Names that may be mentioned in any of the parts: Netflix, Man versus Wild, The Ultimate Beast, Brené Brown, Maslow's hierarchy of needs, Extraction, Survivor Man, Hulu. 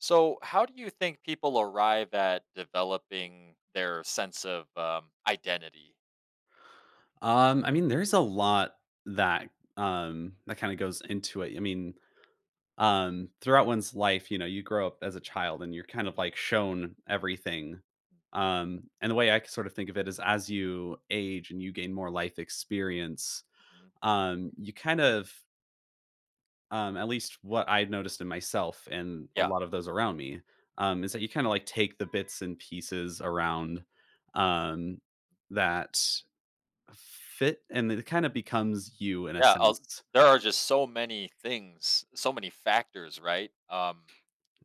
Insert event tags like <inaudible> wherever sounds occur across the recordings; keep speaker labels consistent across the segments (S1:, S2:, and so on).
S1: So, how do you think people arrive at developing their sense of identity?
S2: I mean, there's a lot that that kind of goes into it. I mean, throughout one's life, you know, you grow up as a child and you're kind of like shown everything. And the way I sort of think of it is as you age and you gain more life experience,
S1: Mhm.
S2: you kind of at least what I have noticed in myself and a
S1: Yeah,
S2: lot of those around me, is that you kind of like take the bits and pieces around um that Fit and it kind of becomes you in a
S1: yeah.
S2: sense.
S1: There are just so many things, so many factors, right?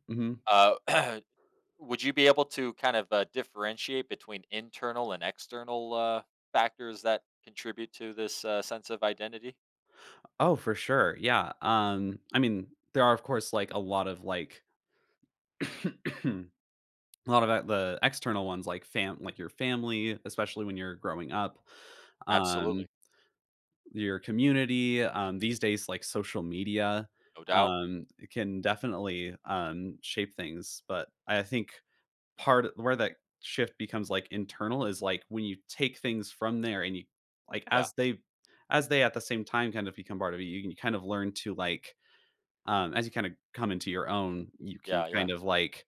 S2: Mhm.
S1: uh, <clears throat> would you be able to kind of differentiate between internal and external factors that contribute to this sense of identity?
S2: Oh, for sure, yeah, I mean, there are, of course, like, a lot of, like <clears throat> a lot of, the external ones, like fam like your family, especially when you're growing up,
S1: Absolutely,
S2: um, your community, these days, like, social media,
S1: no doubt.
S2: it can definitely, shape things, but I think where that shift becomes, like, internal is, like, when you take things from there and you like,
S1: Yeah,
S2: as they at the same time kind of become part of you, you can kind of learn to, like, as you kinda come into your own, you can
S1: yeah, yeah.
S2: kind of, like,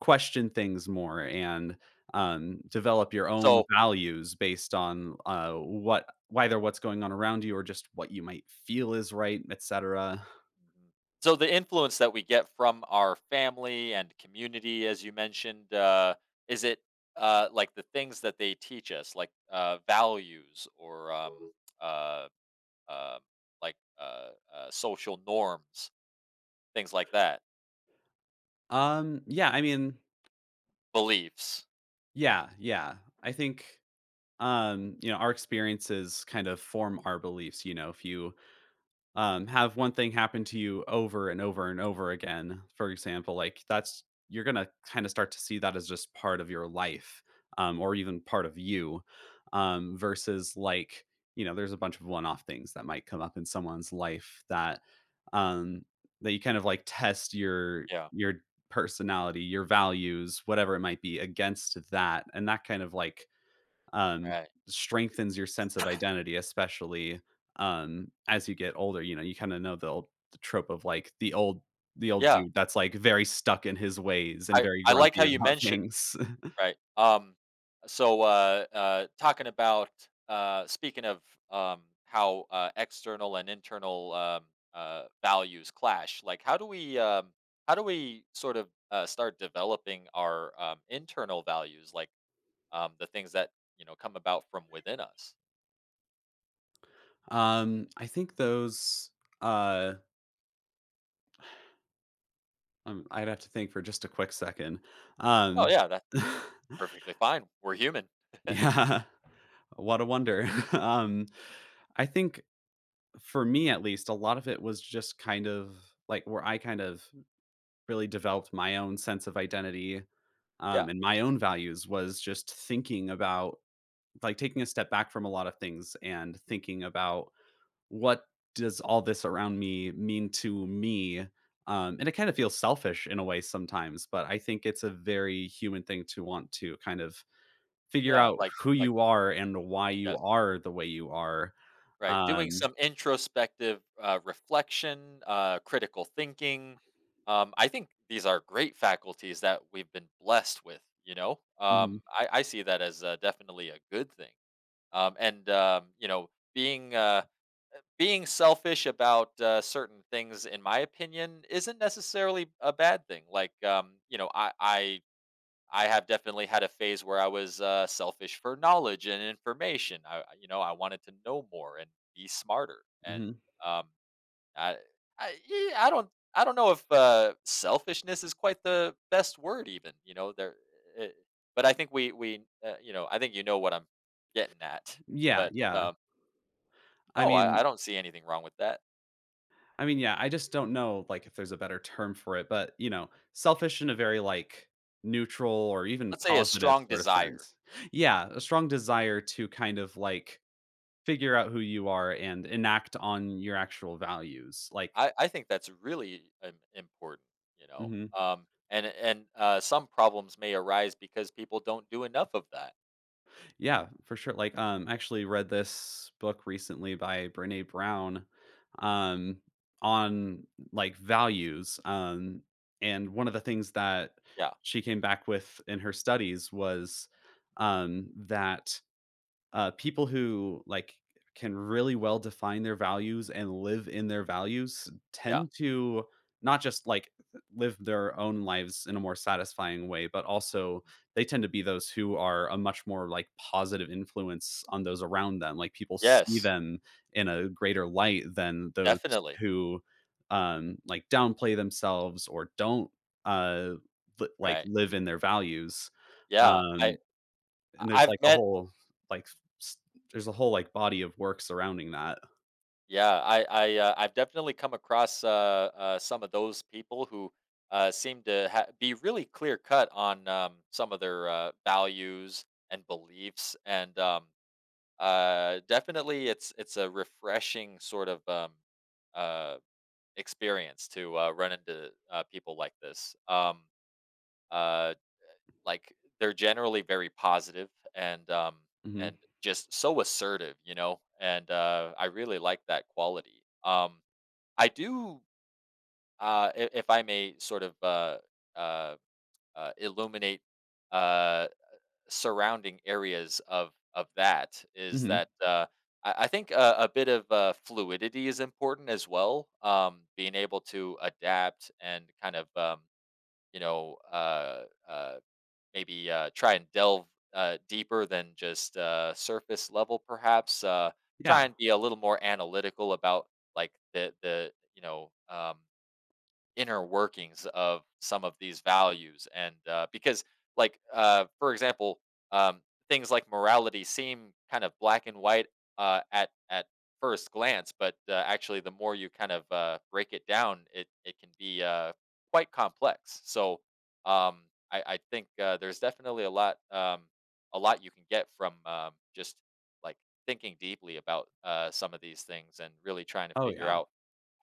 S2: question things more and, develop your own
S1: So,
S2: values based on, what whether what's going on around you or just what you might feel is right, etcetera.
S1: mhm. So the influence that we get from our family and community, as you mentioned, is it like the things that they teach us, like values or uh, uh, like social norms, things like that,
S2: Um, yeah, I mean
S1: beliefs?
S2: yeah, yeah. I think you know, our experiences kind of form our beliefs. You know, if you have one thing happen to you over and over and over again, for example, like that's, you're going to kind of start to see that as just part of your life, or even part of you, versus like, you know, there's a bunch of one-off things that might come up in someone's life that um you kind of like test your
S1: Yeah,
S2: your personality, your values, whatever it might be against that, and that kind of like um,
S1: right.
S2: strengthens your sense of identity, especially, as you get older. You know, you kinda know the
S1: Hmm.
S2: trope of, like, the old
S1: Yeah,
S2: dude that's, like, very stuck in his ways and
S1: I
S2: very
S1: I like
S2: grumpy
S1: how you
S2: about
S1: mentioned.
S2: things. <laughs>
S1: Right. Talking about, speaking of, how, external and internal, values clash, like how do we sort of, start developing our, internal values, like, the things that, you know, come about from within us?
S2: I think those, uh, I'd have to think for just a quick second.
S1: Oh
S2: Um
S1: yeah, that's
S2: <laughs>
S1: perfectly fine. We're human.
S2: Yeah, what a wonder. <laughs> Um, I think, for me at least, a lot of it was just kind of, like, where I kind of really developed my own sense of identity,
S1: Yeah.
S2: and my own values was just thinking about like taking a step back from a lot of things and thinking about what does all this around me mean to me, and it kind of feels selfish in a way sometimes, but I think it's a very human thing to want to kind of figure
S1: Yeah.
S2: out who you are and why you
S1: Yes.
S2: are the way you are.
S1: Right, doing
S2: um,
S1: some introspective, reflection, critical thinking. I think these are great faculties that we've been blessed with, you know?
S2: mhm,
S1: I see that as, definitely a good thing. You know, being, uh, being selfish about, certain things, in my opinion, isn't necessarily a bad thing. You know, I I have definitely had a phase where I was selfish for knowledge and information. You know, I wanted to know more and be smarter. And
S2: mhm.
S1: um, I, yeah, I don't know if selfishness is quite the best word, even. You know, it, but I think you know, I think you know what I'm getting at.
S2: yeah
S1: But
S2: yeah i
S1: no, I
S2: mean
S1: don't see anything wrong with that.
S2: I mean, yeah, I just don't know like if there's a better term for it, but you know, selfish in a very like neutral or even
S1: Let's say a
S2: positive
S1: strong
S2: sort of
S1: desire.
S2: sense. Yeah, a strong desire to kind of like figure out who you are and enact on your actual values. Like,
S1: I think that's really im important, you know,
S2: mhm.
S1: and some problems may arise because people don't do enough of that.
S2: Yeah, for sure. Like, I actually read this book recently by Brene Brown,
S1: Hmm,
S2: um, on like values. And one of the things that
S1: yeah,
S2: she came back with in her studies was that people who like can really well define their values and live in their values
S1: yeah.
S2: tend to not just like live their own lives in a more satisfying way, but also they tend to be those who are a much more like positive influence on those around them, like people see
S1: Yes,
S2: them in a greater light than those
S1: definitely,
S2: who like downplay themselves or don't uh like
S1: right.
S2: live in their values.
S1: Yeah,
S2: um
S1: I
S2: and there's,
S1: I've
S2: like, a
S1: met
S2: whole, like, s there's a whole, like, body of work surrounding that.
S1: Yeah, I've definitely come across, some of those people who, seem to ha be really clear cut on, some of their, values and beliefs and, um. Definitely, it's a refreshing sort of uh, experience to run into people like this. Uh, like they're generally very positive
S2: Mhm.
S1: and just so assertive, you know. And I really like that quality. I do, if I may, sort of uh, illuminate. Uh, Surrounding areas of that is
S2: Mhm.
S1: that I think a bit of fluidity is important as well. Being able to adapt and kind of you know maybe try and delve deeper than just surface level, perhaps. Try
S2: Yeah.
S1: and be a little more analytical about like the you know inner workings of some of these values and because like for example um, things like morality seem kind of black and white at first glance but actually the more you kind of break it down it can be quite complex so um, I think there's definitely a lot you can get from just like thinking deeply about some of these things and really trying to
S2: Oh,
S1: figure
S2: yeah.
S1: out.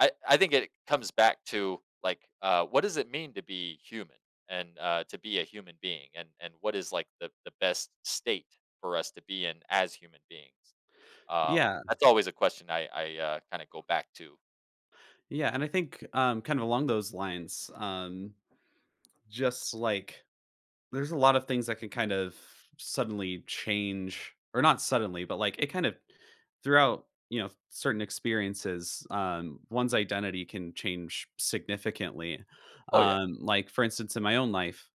S1: I think it comes back to, like, what does it mean to be human and, to be a human being, and what is, like, the best state for us to be in as human beings?
S2: Yeah.
S1: That's always a question I kinda go back to.
S2: Yeah, and I think, kind of along those lines, just, like, there's a lot of things that can kind of suddenly change or not suddenly, but, like, it kind of throughout, you know, certain experiences, one's identity can change significantly.
S1: Oh, yeah.
S2: Like, for instance, in my own life,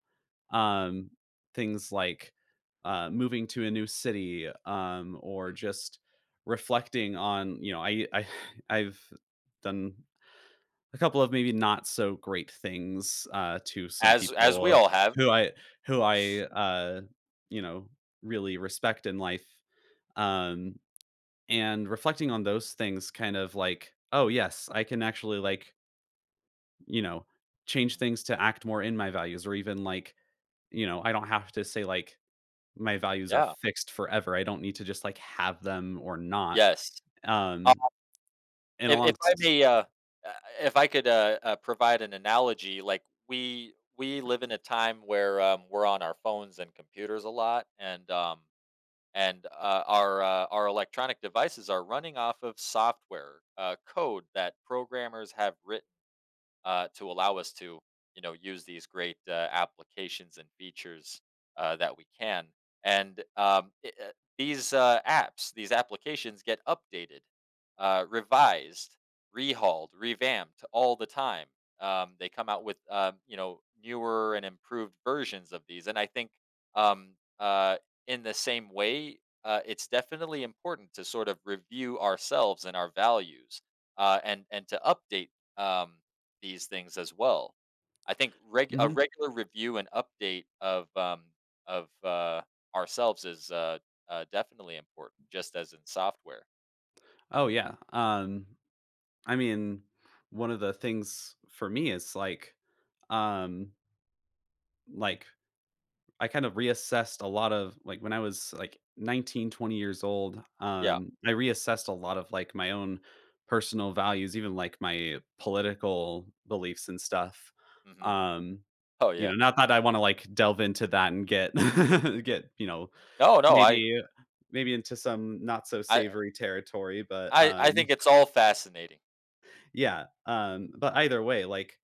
S2: um, things like moving to a new city, or
S1: Mhm.
S2: just reflecting on, you know, I <sighs> I've done a couple of maybe not so great things to some
S1: As we
S2: people
S1: all have.
S2: who i who I you know, really respect in life,
S1: Mhm.
S2: um, and reflecting on those things kind of like, oh yes, I can actually like, you know, change
S1: Mm.
S2: things to act more in my values, or even like, you know, I don't have to say like my values are
S1: Yeah.
S2: fixed forever. I don't need to just, like, have them or not.
S1: Yes. Uh,
S2: Um, and
S1: if
S2: along
S1: I may, uh, if I could, provide an analogy, like, we live in a time where, we're on our phones and computers a lot, and our electronic devices are running off of software code that programmers have written to allow us to you know use these great applications and features that we can and these apps these applications get updated revised rehauled revamped all the time they come out with you know newer and improved versions of these and I think um, uh, in the same way it's definitely important to sort of review ourselves and our values and to update um, these things as well. I think reg a
S2: Mhm.
S1: regular review and update of, of, uh, ourselves is, definitely important, just as in software.
S2: Oh, yeah. I mean, one of the things for me is, like, um, like, I kind of reassessed a lot of like, when I was, like, 19, 20 years old.
S1: Yeah,
S2: I reassessed a lot of, like, my own personal values, even, like, my political beliefs and stuff.
S1: mhm.
S2: Um,
S1: Oh,
S2: you know,
S1: yeah.
S2: not that I wanna, like, delve into that and get <laughs> get, you know,
S1: No, no,
S2: Maybe maybe into some not so
S1: I
S2: savory territory, but,
S1: I think it's all fascinating.
S2: yeah, but either way, like,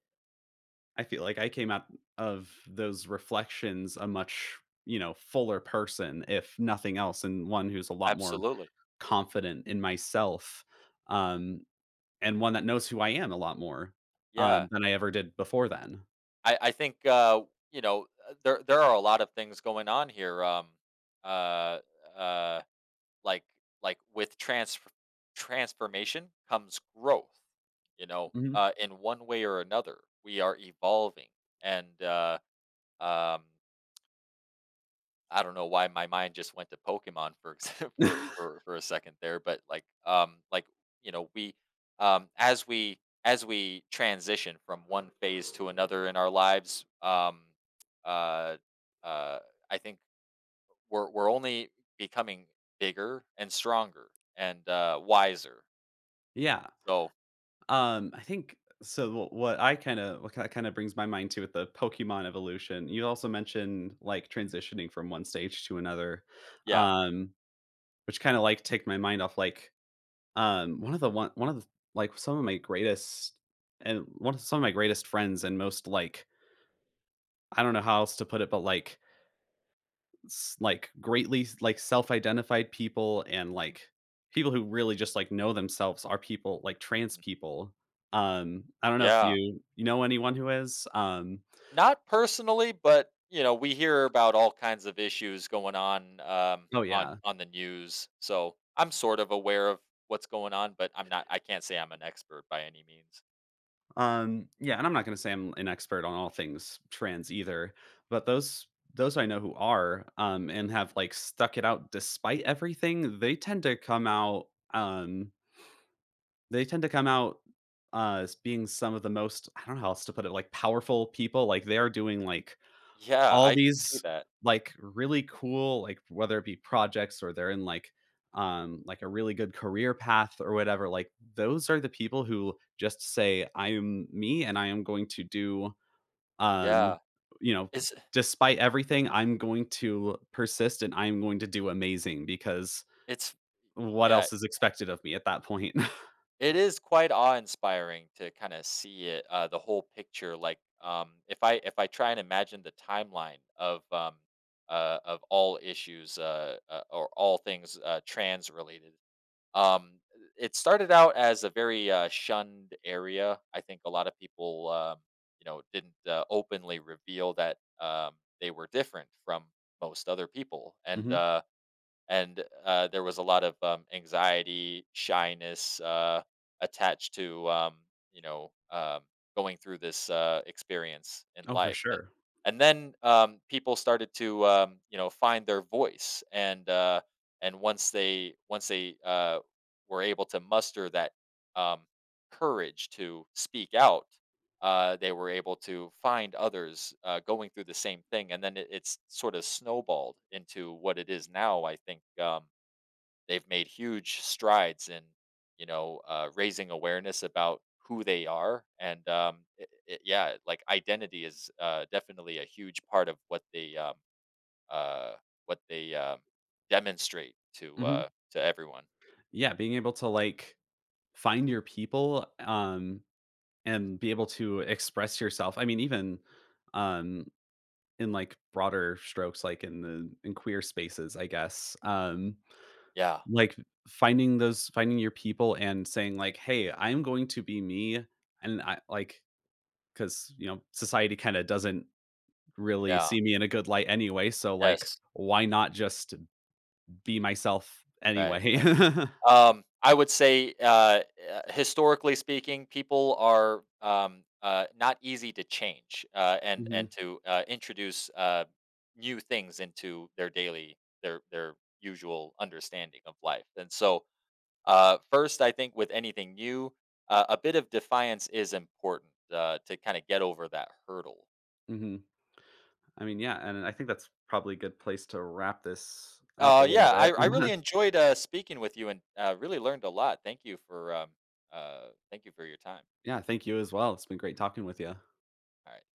S2: I feel like I came out of those reflections a much, you know, fuller person, if nothing else, and one who's a lot more
S1: Absolutely.
S2: confident in myself, um, and one that knows who I am a lot more,
S1: Yeah.
S2: than I ever did before then.
S1: I think, you know, there there are a lot of things going on here, uh, uh like like with trans transformation comes growth you know
S2: Mhm.
S1: in one way or another we are evolving and um I don't know why my mind just went to Pokemon for <laughs>
S2: <laughs>
S1: for a second there but like you know we as we as we transition from one phase to another in our lives uh uh I think we're only becoming bigger and stronger and wiser.
S2: Yeah.
S1: So
S2: I think so. What kind of brings my mind to with the Pokemon evolution. You also mentioned like transitioning from one stage to another,
S1: yeah,
S2: um, which kind of like take my mind off like one of the one one of the, like some of my greatest and one of some of my greatest friends, and most like, I don't know how else to put it, but like like greatly like self-identified people, and like people who really just like know themselves are people like trans
S1: mhm.
S2: people. I don't know if
S1: Yeah,
S2: you, you know, anyone who is.
S1: not personally, but you know, we hear about all kinds of issues going
S2: Oh yeah.
S1: on the news. So I'm sort of aware of what's going on, but I'm not. I can't say I'm an expert by any means.
S2: Yeah, and I'm not gonna say I'm an expert on all things trans either, but those I know who are, and have like stuck it out despite everything, they tend to come out um they tend to come out as being some of the most, I don't know how else to put it, like powerful people. Like they are doing like
S1: Yeah,
S2: all
S1: I can see
S2: these,
S1: that.
S2: like, really cool, like, whether it be projects or they're in, like, a really good career path or whatever, like, those are the people who just say, "I am me, and I am going to do, um,
S1: Yeah,
S2: you know,
S1: it's
S2: despite everything, I'm going to persist, and I am going to do amazing, because
S1: it's
S2: what
S1: yeah,
S2: else is expected of me at that point?" <laughs>
S1: it is quite awe-inspiring to kinda see it, the whole picture, like, if I try and imagine the timeline of all issues, or all things, trans related, um, it started out as a very, shunned area. I think a lot of people, you know, didn't, openly reveal that, they were different from most other people,
S2: Mhm.
S1: and there was a lot of anxiety, shyness attached to you know going through this experience in
S2: Oh, for
S1: life,
S2: sure.
S1: and then people started to you know find their voice, and once they were able to muster that um, courage to speak out, they were able to find others going through the same thing, and then it's sort of snowballed into what it is now. I think they've made huge strides in you know raising awareness about who they are, and yeah, like identity is definitely a huge part of uh, what they demonstrate
S2: Mhm.
S1: to everyone.
S2: Yeah, being able to, like, find your people, and be able to express yourself. I mean, even
S1: Mm.
S2: um, in like broader strokes, like in the in queer spaces, I guess,
S1: Yeah,
S2: like finding your people and saying like, "Hey, I'm going to be me," and I like, because you know society kind of doesn't really
S1: yeah,
S2: see me in a good light anyway. So like,
S1: yes,
S2: why not just be myself
S1: right,
S2: anyway?
S1: right.
S2: <laughs>
S1: I would say, historically speaking, people are, not easy to change, and
S2: hmm
S1: to, introduce, new things into their daily their usual understanding of life, and so, first, I think with anything new, a bit of defiance is important, to kinda get over that hurdle.
S2: hmm I mean, yeah, and I think that's probably a good place to wrap this up a little
S1: Yeah, I
S2: bit.
S1: really
S2: <laughs>
S1: enjoyed, speaking with you and, really learned a lot. Thank you for your time.
S2: Yeah, thank you as well. It's been great talking with you.
S1: Alright.